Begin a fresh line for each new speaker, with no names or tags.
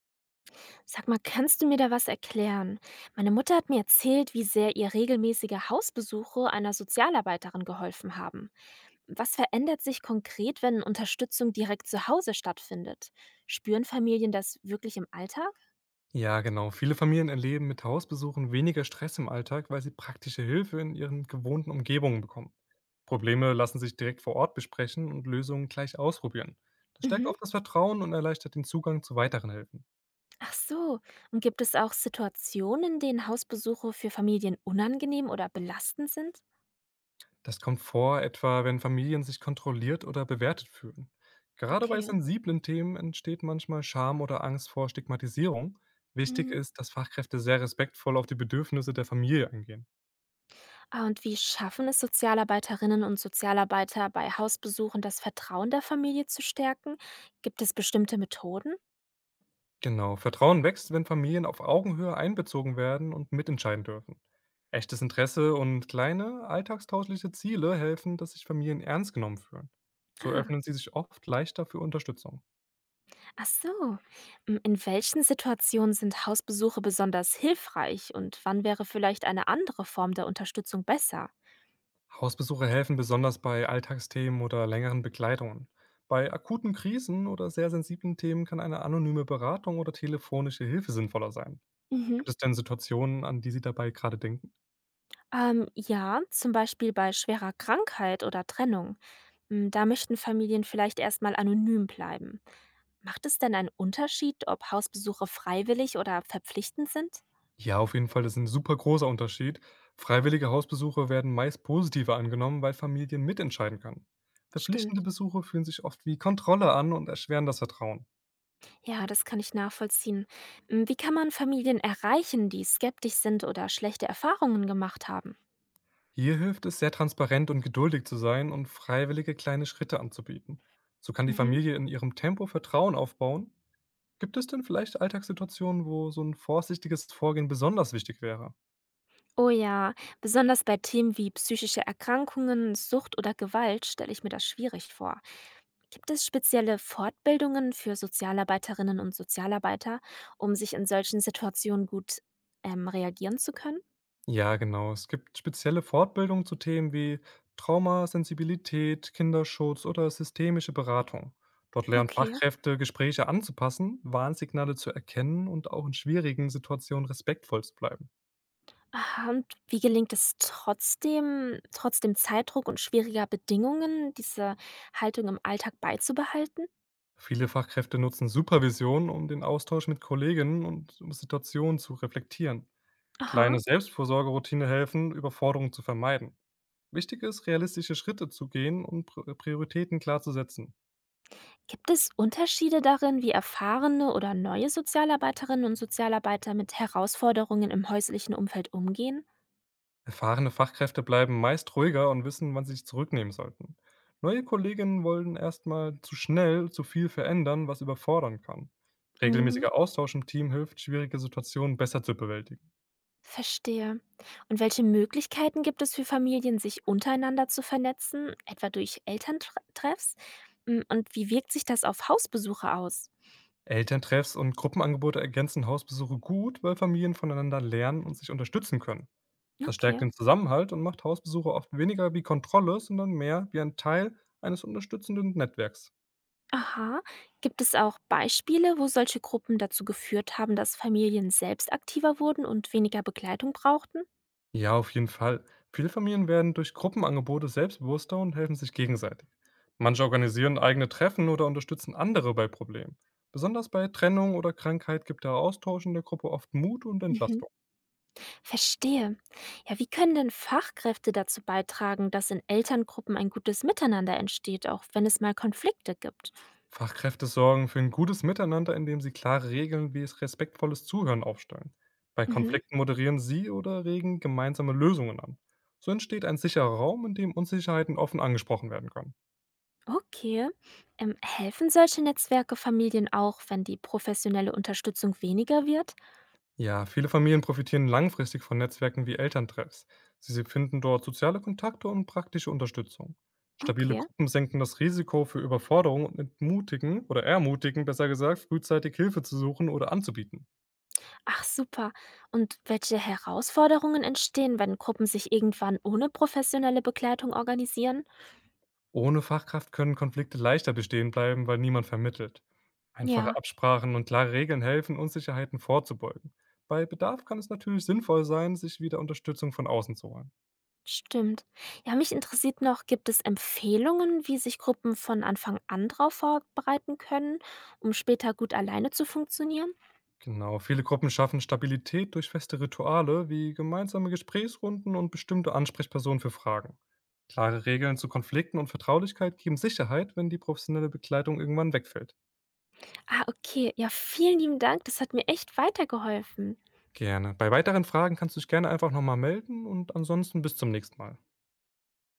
Sag mal, kannst du mir da was erklären? Meine Mutter hat mir erzählt, wie sehr ihr regelmäßige Hausbesuche einer Sozialarbeiterin geholfen haben. Was verändert sich konkret, wenn Unterstützung direkt zu Hause stattfindet? Spüren Familien das wirklich im Alltag?
Ja, genau. Viele Familien erleben mit Hausbesuchen weniger Stress im Alltag, weil sie praktische Hilfe in ihren gewohnten Umgebungen bekommen. Probleme lassen sich direkt vor Ort besprechen und Lösungen gleich ausprobieren. Das stärkt
Mhm.
oft das Vertrauen und erleichtert den Zugang zu weiteren Hilfen.
Ach so. Und gibt es auch Situationen, in denen Hausbesuche für Familien unangenehm oder belastend sind?
Das kommt vor, etwa wenn Familien sich kontrolliert oder bewertet fühlen. Gerade bei
Okay.
sensiblen Themen entsteht manchmal Scham oder Angst vor Stigmatisierung. Wichtig
Mhm.
ist, dass Fachkräfte sehr respektvoll auf die Bedürfnisse der Familie eingehen.
Ah, und wie schaffen es Sozialarbeiterinnen und Sozialarbeiter bei Hausbesuchen, das Vertrauen der Familie zu stärken? Gibt es bestimmte Methoden?
Genau, Vertrauen wächst, wenn Familien auf Augenhöhe einbezogen werden und mitentscheiden dürfen. Echtes Interesse und kleine, alltagstauschliche Ziele helfen, dass sich Familien ernst genommen fühlen. So
Ah,
öffnen sie sich oft leichter für Unterstützung.
ach so. M, in welchen Situationen sind Hausbesuche besonders hilfreich und wann wäre vielleicht eine andere Form der Unterstützung besser?
Hausbesuche helfen besonders bei Alltagsthemen oder längeren Begleitungen. Bei akuten Krisen oder sehr sensiblen Themen kann eine anonyme Beratung oder telefonische Hilfe sinnvoller sein.
Mhm.
Gibt es denn Situationen, an die Sie dabei gerade denken?
Ja, zum Beispiel bei schwerer Krankheit oder Trennung. M, da möchten Familien vielleicht erstmal anonym bleiben. Macht es denn einen Unterschied, ob Hausbesuche freiwillig oder verpflichtend sind?
Ja, auf jeden Fall, das ist ein super großer Unterschied. Freiwillige Hausbesuche werden meist positiver angenommen, weil Familien mitentscheiden können. Verpflichtende
Stimmt.
Besuche fühlen sich oft wie Kontrolle an und erschweren das Vertrauen.
Ja, das kann ich nachvollziehen. Hm, wie kann man Familien erreichen, die skeptisch sind oder schlechte Erfahrungen gemacht haben?
Hier hilft es, sehr transparent und geduldig zu sein und freiwillige kleine Schritte anzubieten. So kann die
Mhm.
Familie in ihrem Tempo Vertrauen aufbauen. Gibt es denn vielleicht Alltagssituationen, wo so ein vorsichtiges Vorgehen besonders wichtig wäre?
Oh ja, besonders bei Themen wie psychische Erkrankungen, Sucht oder Gewalt stelle ich mir das schwierig vor. Gibt es spezielle Fortbildungen für Sozialarbeiterinnen und Sozialarbeiter, um sich in solchen Situationen gut reagieren zu können?
Ja, genau. Es gibt spezielle Fortbildungen zu Themen wie Trauma, Sensibilität, Kinderschutz oder systemische Beratung. Dort lernen
Okay.
Fachkräfte, Gespräche anzupassen, Warnsignale zu erkennen und auch in schwierigen Situationen respektvoll zu bleiben.
Aha, und wie gelingt es trotzdem trotz dem Zeitdruck und schwieriger Bedingungen, diese Haltung im Alltag beizubehalten?
Viele Fachkräfte nutzen Supervision, um den Austausch mit Kolleginnen und um Situationen zu reflektieren. Kleine
Aha.
Selbstvorsorgeroutine helfen, Überforderungen zu vermeiden. Wichtig ist, realistische Schritte zu gehen und Prioritäten klar zu setzen.
Gibt es Unterschiede darin, wie erfahrene oder neue Sozialarbeiterinnen und Sozialarbeiter mit Herausforderungen im häuslichen Umfeld umgehen?
Erfahrene Fachkräfte bleiben meist ruhiger und wissen, wann sie sich zurücknehmen sollten. Neue Kolleginnen wollen erstmal zu schnell zu viel verändern, was überfordern kann.
Mhm,
Regelmäßiger Austausch im Team hilft, schwierige Situationen besser zu bewältigen.
verstehe. Und welche Möglichkeiten gibt es für Familien, sich untereinander zu vernetzen, etwa durch Elterntreffs? Mm, und wie wirkt sich das auf Hausbesuche aus?
Elterntreffs und Gruppenangebote ergänzen Hausbesuche gut, weil Familien voneinander lernen und sich unterstützen können. Das stärkt
Okay.
den Zusammenhalt und macht Hausbesuche oft weniger wie Kontrolle, sondern mehr wie ein Teil eines unterstützenden Netzwerks.
Aha. Gibt es auch Beispiele, wo solche Gruppen dazu geführt haben, dass Familien selbst aktiver wurden und weniger Begleitung brauchten?
Ja, auf jeden Fall. Viele Familien werden durch Gruppenangebote selbstbewusster und helfen sich gegenseitig. Manche organisieren eigene Treffen oder unterstützen andere bei Problemen. Besonders bei Trennung oder Krankheit gibt der Austausch in der Gruppe oft Mut und
Mhm.
Entlastung.
Verstehe. Ja, wie können denn Fachkräfte dazu beitragen, dass in Elterngruppen ein gutes Miteinander entsteht, auch wenn es mal Konflikte gibt?
Fachkräfte sorgen für ein gutes Miteinander, indem sie klare Regeln wie es respektvolles Zuhören aufstellen. Bei
Mhm.
Konflikten moderieren sie oder regen gemeinsame Lösungen an. So entsteht ein sicherer Raum, in dem Unsicherheiten offen angesprochen werden können.
Okay. Helfen solche Netzwerke Familien auch, wenn die professionelle Unterstützung weniger wird?
Ja, viele Familien profitieren langfristig von Netzwerken wie Elterntreffs. Sie finden dort soziale Kontakte und praktische Unterstützung. Stabile
Okay.
Gruppen senken das Risiko für Überforderung und entmutigen oder ermutigen, besser gesagt, frühzeitig Hilfe zu suchen oder anzubieten.
Ach super. Und welche Herausforderungen entstehen, wenn Gruppen sich irgendwann ohne professionelle Begleitung organisieren?
Ohne Fachkraft können Konflikte leichter bestehen bleiben, weil niemand vermittelt. Einfache
Ja,
Absprachen und klare Regeln helfen, Unsicherheiten vorzubeugen. Bei Bedarf kann es natürlich sinnvoll sein, sich wieder Unterstützung von außen zu holen.
stimmt. Ja, mich interessiert noch, gibt es Empfehlungen, wie sich Gruppen von Anfang an darauf vorbereiten können, um später gut alleine zu funktionieren?
Genau, viele Gruppen schaffen Stabilität durch feste Rituale wie gemeinsame Gesprächsrunden und bestimmte Ansprechpersonen für Fragen. Klare Regeln zu Konflikten und Vertraulichkeit geben Sicherheit, wenn die professionelle Begleitung irgendwann wegfällt.
Ah, okay. Ja, vielen lieben Dank. Das hat mir echt weitergeholfen.
Gerne. Bei weiteren Fragen kannst du dich gerne einfach nochmal melden und ansonsten bis zum nächsten Mal.